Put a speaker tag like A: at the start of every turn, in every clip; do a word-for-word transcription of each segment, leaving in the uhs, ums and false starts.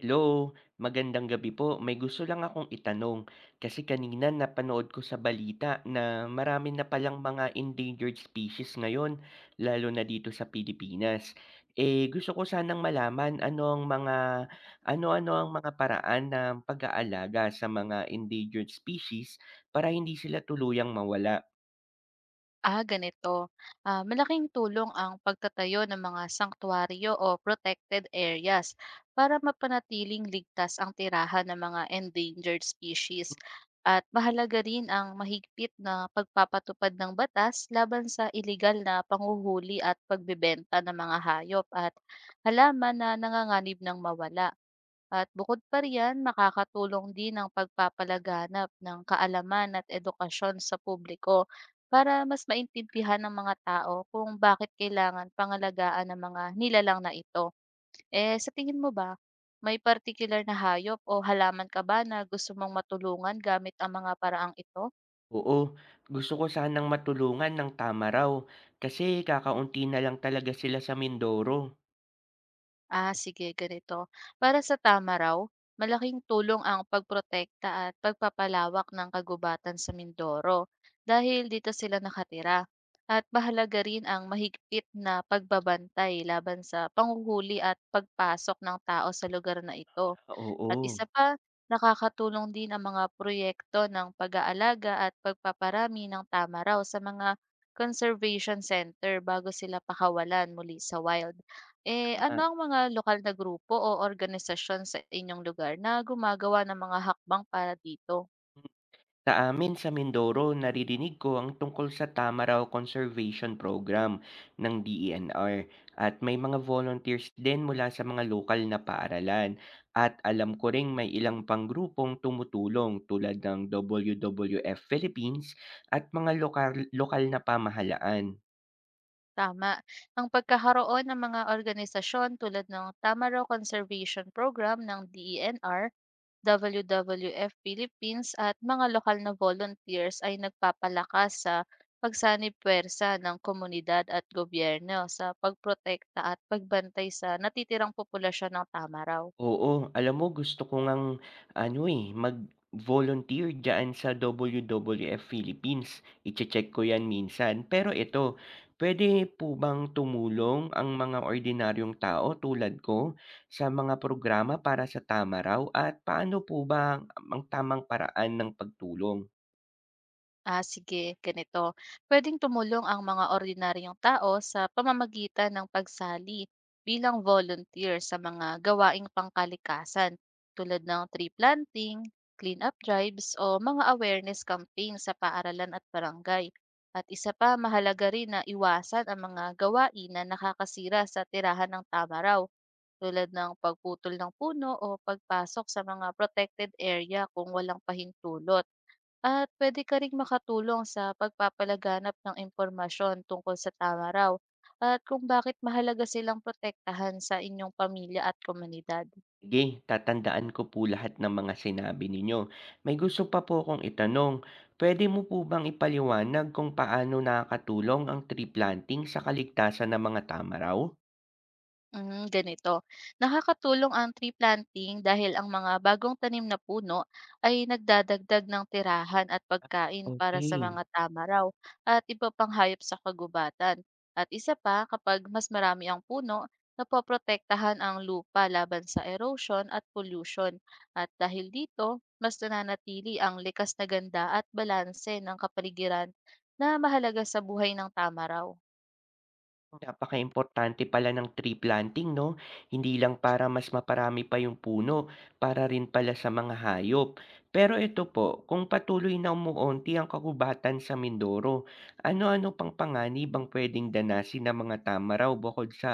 A: Hello, magandang gabi po. May gusto lang akong itanong kasi kanina napanood ko sa balita na marami na palang mga endangered species ngayon, lalo na dito sa Pilipinas. Eh, gusto ko sanang malaman ano ang mga ano-ano ang mga paraan ng pag-aalaga sa mga endangered species para hindi sila tuluyang mawala.
B: Ah, ganito. Ah, malaking tulong ang pagtatayo ng mga sanktuaryo o protected areas para mapanatiling ligtas ang tirahan ng mga endangered species. At mahalaga rin ang mahigpit na pagpapatupad ng batas laban sa illegal na panguhuli at pagbebenta ng mga hayop at halaman na nanganganib ng mawala. At bukod pa riyan, makakatulong din ang pagpapalaganap ng kaalaman at edukasyon sa publiko para mas maintindihan ng mga tao kung bakit kailangan pangalagaan ng mga nilalang na ito. Eh, sa tingin mo ba, may particular na hayop o halaman ka ba na gusto mong matulungan gamit ang mga paraang ito?
A: Oo, gusto ko sanang matulungan ng tama raw kasi kakaunti na lang talaga sila sa Mindoro.
B: Ah, sige, ganito. Para sa tama raw, malaking tulong ang pagprotekta at pagpapalawak ng kagubatan sa Mindoro dahil dito sila nakatira. At mahalaga rin ang mahigpit na pagbabantay laban sa panghuhuli at pagpasok ng tao sa lugar na ito. At
A: Oo,
B: isa pa, nakakatulong din ang mga proyekto ng pag-aalaga at pagpaparami ng tama raw sa mga conservation center bago sila pakawalan muli sa wild. Eh, ano
A: tama.
B: ang mga lokal na grupo o organisasyon sa inyong lugar na gumagawa ng mga hakbang para dito?
A: Sa amin sa Mindoro, naririnig ko ang tungkol sa Tamaraw Conservation Program ng D E N R at may mga volunteers din mula sa mga lokal na paaralan at alam ko ring may ilang panggrupong tumutulong tulad ng W W F Philippines at mga lokal, lokal na pamahalaan.
B: Tama. Ang pagkakaroon ng mga organisasyon tulad ng Tama Raw Conservation Program ng D E N R, W W F Philippines, at mga lokal na volunteers ay nagpapalakas sa pagsanib puwersa ng komunidad at gobyerno sa pagprotekta at pagbantay sa natitirang populasyon ng Tamaraw.
A: Oo, alam mo gusto ko ngang ano, eh, mag-volunteer diyaan sa W W F Philippines, iche-check ko 'yan minsan. Pero ito, pwede po bang tumulong ang mga ordinaryong tao tulad ko sa mga programa para sa tama raw at paano po ba ang tamang paraan ng pagtulong?
B: Ah, sige, ganito. Pwedeng tumulong ang mga ordinaryong tao sa pamamagitan ng pagsali bilang volunteer sa mga gawaing pangkalikasan tulad ng tree planting, clean-up drives, o mga awareness campaign sa paaralan at barangay. At isa pa, mahalaga rin na iwasan ang mga gawain na nakakasira sa tirahan ng tama raw tulad ng pagputol ng puno o pagpasok sa mga protected area kung walang pahintulot, at pwede ka ring makatulong sa pagpapalaganap ng impormasyon tungkol sa tama raw at kung bakit mahalaga silang protektahan sa inyong pamilya at komunidad.
A: Sige, tatandaan ko po lahat ng mga sinabi ninyo. May gusto pa po akong itanong. Pwede mo po bang ipaliwanag kung paano nakakatulong ang tree planting sa kaligtasan ng mga tama?
B: Mm, ganito. Nakakatulong ang tree planting dahil ang mga bagong tanim na puno ay nagdadagdag ng tirahan at pagkain para sa
A: Okay.
B: mga tamaraw at iba pang hayop sa kagubatan. At isa pa, kapag mas marami ang puno, napoprotektahan ang lupa laban sa erosion at pollution. At dahil dito, mas nananatili ang likas na ganda at balanse ng kapaligiran na mahalaga sa buhay ng tamaraw.
A: Napaka importante pala ng tree planting 'no, hindi lang para mas maparami pa yung puno, para rin pala sa mga hayop. Pero ito po, kung patuloy na umuunti ang kagubatan sa Mindoro, ano-ano pang panganib ang puwedeng danasin ng mga tama raw bukod sa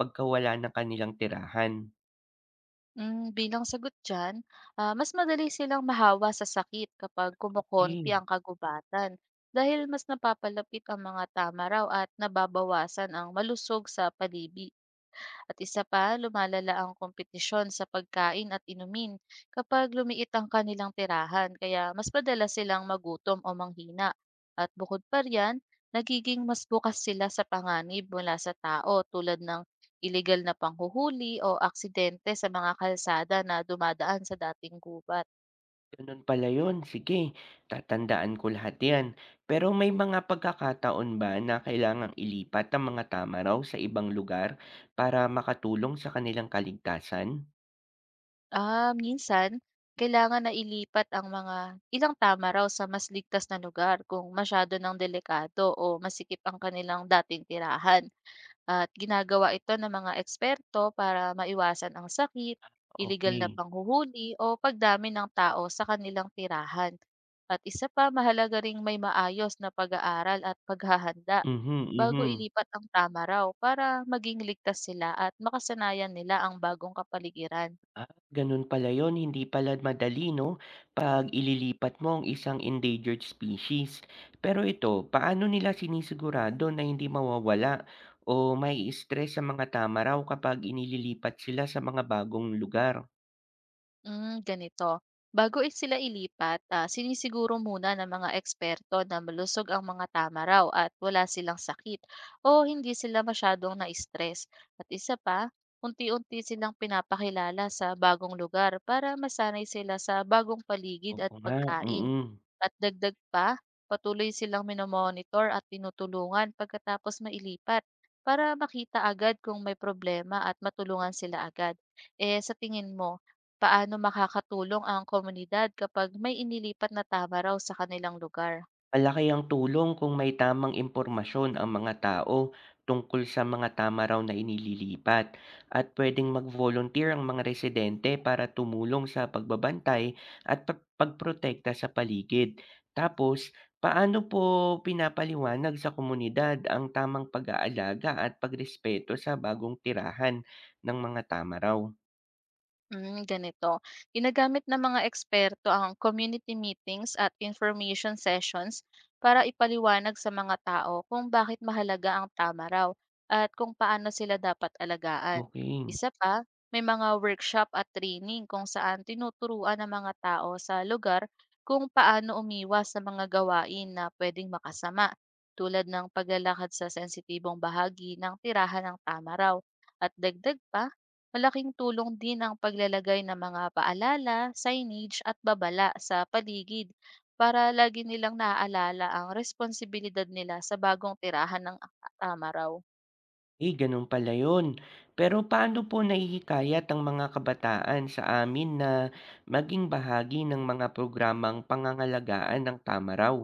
A: pagkawala ng kanilang tirahan?
B: Hmm, bilang sagot diyan, ah, mas madali silang mahawa sa sakit kapag
A: Okey.
B: kumukonti ang kagubatan dahil mas napapalapit ang mga tama raw at nababawasan ang malusog sa palibig. At isa pa, lumalala ang kompetisyon sa pagkain at inumin kapag lumiit ang kanilang tirahan, kaya mas madalas silang magutom o manghina. At bukod pa riyan, nagiging mas bukas sila sa panganib mula sa tao tulad ng illegal na panghuhuli o aksidente sa mga kalsada na dumadaan sa dating gubat.
A: Ganun pala yun, sige, tatandaan ko lahat yan. Pero may mga pagkakataon ba na kailangang ilipat ang mga tama raw sa ibang lugar para makatulong sa kanilang kaligtasan?
B: Ah, minsan, kailangan na ilipat ang mga ilang tama raw sa mas ligtas na lugar kung masyado ng delikado o masikip ang kanilang dating tirahan, at ginagawa ito ng mga eksperto para maiwasan ang sakit, illegal na
A: Okay?
B: panghuhuli, o pagdami ng tao sa kanilang tirahan. At isa pa, mahalaga ring may maayos na pag-aaral at paghahanda
A: Mhm,
B: bago
A: mhm.
B: ilipat ang tama raw para maging ligtas sila at makasanayan nila ang bagong kapaligiran.
A: Ah, ganun pala yun, hindi pala madali 'no, 'pag ililipat mo ang isang endangered species. Pero ito, paano nila sinisigurado na hindi mawawala o may stress sa mga tama raw kapag inililipat sila sa mga bagong lugar?
B: Hmm, ganito. Bago is sila ilipat, ah, sinisiguro muna ng mga eksperto na malusog ang mga tama raw at wala silang sakit o hindi sila masyadong na-stress. At isa pa, unti-unti silang pinapakilala sa bagong lugar para masanay sila sa bagong paligid at
A: Oo nga,
B: pagkain.
A: mm.
B: At dagdag pa, patuloy silang minomonitor at tinutulungan pagkatapos mailipat para makita agad kung may problema at matulungan sila agad. Eh, sa tingin mo, paano makakatulong ang komunidad kapag may inilipat na tama raw sa kanilang lugar?
A: Malaki ang tulong kung may tamang impormasyon ang mga tao tungkol sa mga tama raw na inililipat at pwedeng mag-volunteer ang mga residente para tumulong sa pagbabantay at pa- pagprotekta sa paligid. Tapos, paano po pinapaliwanag sa komunidad ang tamang pag-aalaga at pagrespeto sa bagong tirahan ng mga tama raw?
B: Hmm, ganito. Ginagamit ng mga eksperto ang community meetings at information sessions para ipaliwanag sa mga tao kung bakit mahalaga ang tama raw at kung paano sila dapat alagaan.
A: Okay.
B: Isa pa, may mga workshop at training kung saan tinuturuan ng mga tao sa lugar kung paano umiwas sa mga gawain na pwedeng makasama, tulad ng paglalakad sa sensitibong bahagi ng tirahan ng tama raw. At dagdag pa, malaking tulong din ang paglalagay ng mga paalala, signage, at babala sa paligid para lagi nilang naaalala ang responsibilidad nila sa bagong tirahan ng tama raw.
A: Eh, ganun pala yun. Pero paano po nahihikayat ang mga kabataan sa amin na maging bahagi ng mga programang pangangalagaan ng tama raw?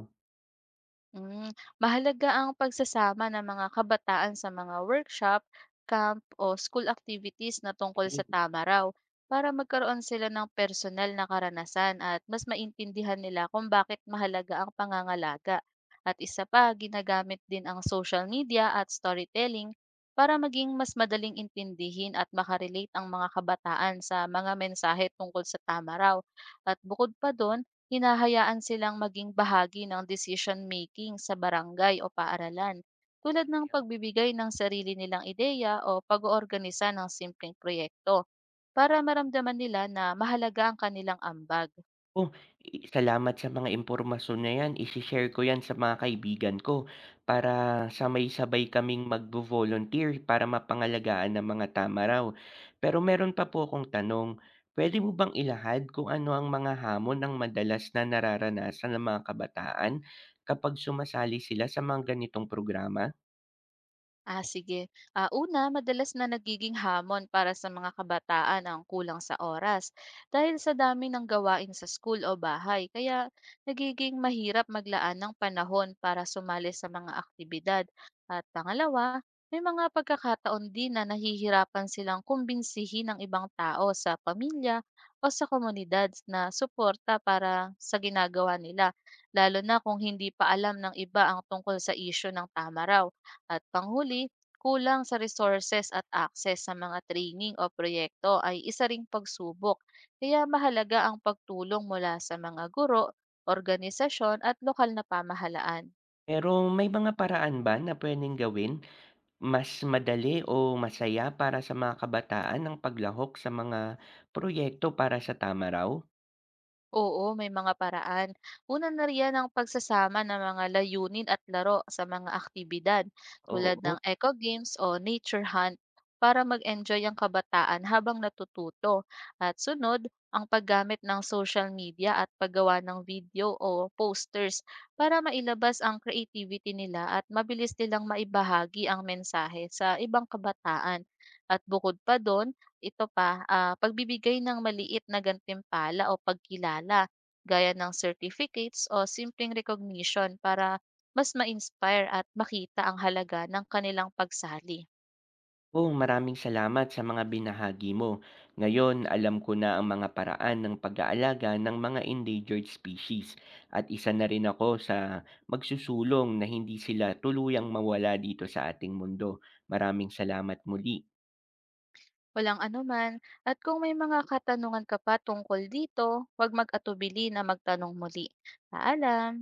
B: Hmm, Mahalaga ang pagsasama ng mga kabataan sa mga workshop, camp, o school activities na tungkol sa
A: Eh,
B: tama raw para magkaroon sila ng personal na karanasan at mas maintindihan nila kung bakit mahalaga ang pangangalaga. At isa pa, ginagamit din ang social media at storytelling para maging mas madaling intindihin at makarelate ang mga kabataan sa mga mensahe tungkol sa tama raw. At bukod pa doon, hinahayaan silang maging bahagi ng decision making sa barangay o paaralan, tulad ng pagbibigay ng sarili nilang ideya o pag-oorganisa ng simpleng proyekto para maramdaman nila na mahalaga ang kanilang ambag.
A: oh, i salamat sa mga impormasyon na 'yan, isishare ko 'yan sa mga kaibigan ko para sa may sabay kaming magvo-volunteer para mapangalagaan ang mga tama raw. Pero meron pa po akong tanong, pwede mo bang ilahad kung ano ang mga hamon ng madalas na nararanasan ng mga kabataan kapag sumasali sila sa mga ganitong programa?
B: Ah, sige. Ah, una, madalas na nagiging hamon para sa mga kabataan ang kulang sa oras dahil sa dami ng gawain sa school o bahay. Kaya nagiging mahirap maglaan ng panahon para sumali sa mga aktibidad. At pangalawa, may mga pagkakataon din na nahihirapan silang kumbinsihin ng ibang tao sa pamilya o sa komunidad na suporta para sa ginagawa nila, lalo na kung hindi pa alam ng iba ang tungkol sa isyu ng tama raw. At panghuli, kulang sa resources at access sa mga training o proyekto ay isa ring pagsubok. Kaya mahalaga ang pagtulong mula sa mga guro, organisasyon, at lokal na pamahalaan.
A: Pero may mga paraan ba na puwedeng gawin mas madali o masaya para sa mga kabataan ang paglahok sa mga proyekto para sa tamaraw raw?
B: Oo, may mga paraan. Una na riyan ang pagsasama ng mga layunin at laro sa mga aktibidad tulad ng
A: Oo,
B: eco games o nature hunt para mag-enjoy ang kabataan habang natututo. At sunod, ang paggamit ng social media at paggawa ng video o posters para mailabas ang creativity nila at mabilis nilang maibahagi ang mensahe sa ibang kabataan. At bukod pa doon, ito pa, ah, pagbibigay ng maliit na gantimpala o pagkilala gaya ng certificates o simpleng recognition para mas ma-inspire at makita ang halaga ng kanilang pagsali.
A: oo, maraming salamat sa mga binahagi mo. Ngayon, alam ko na ang mga paraan ng pag-aalaga ng mga endangered species. At isa na rin ako sa magsusulong na hindi sila tuluyang mawala dito sa ating mundo. Maraming salamat muli.
B: Walang anuman, at kung may mga katanungan ka pa tungkol dito, huwag mag-atubili na magtanong muli. Paalam!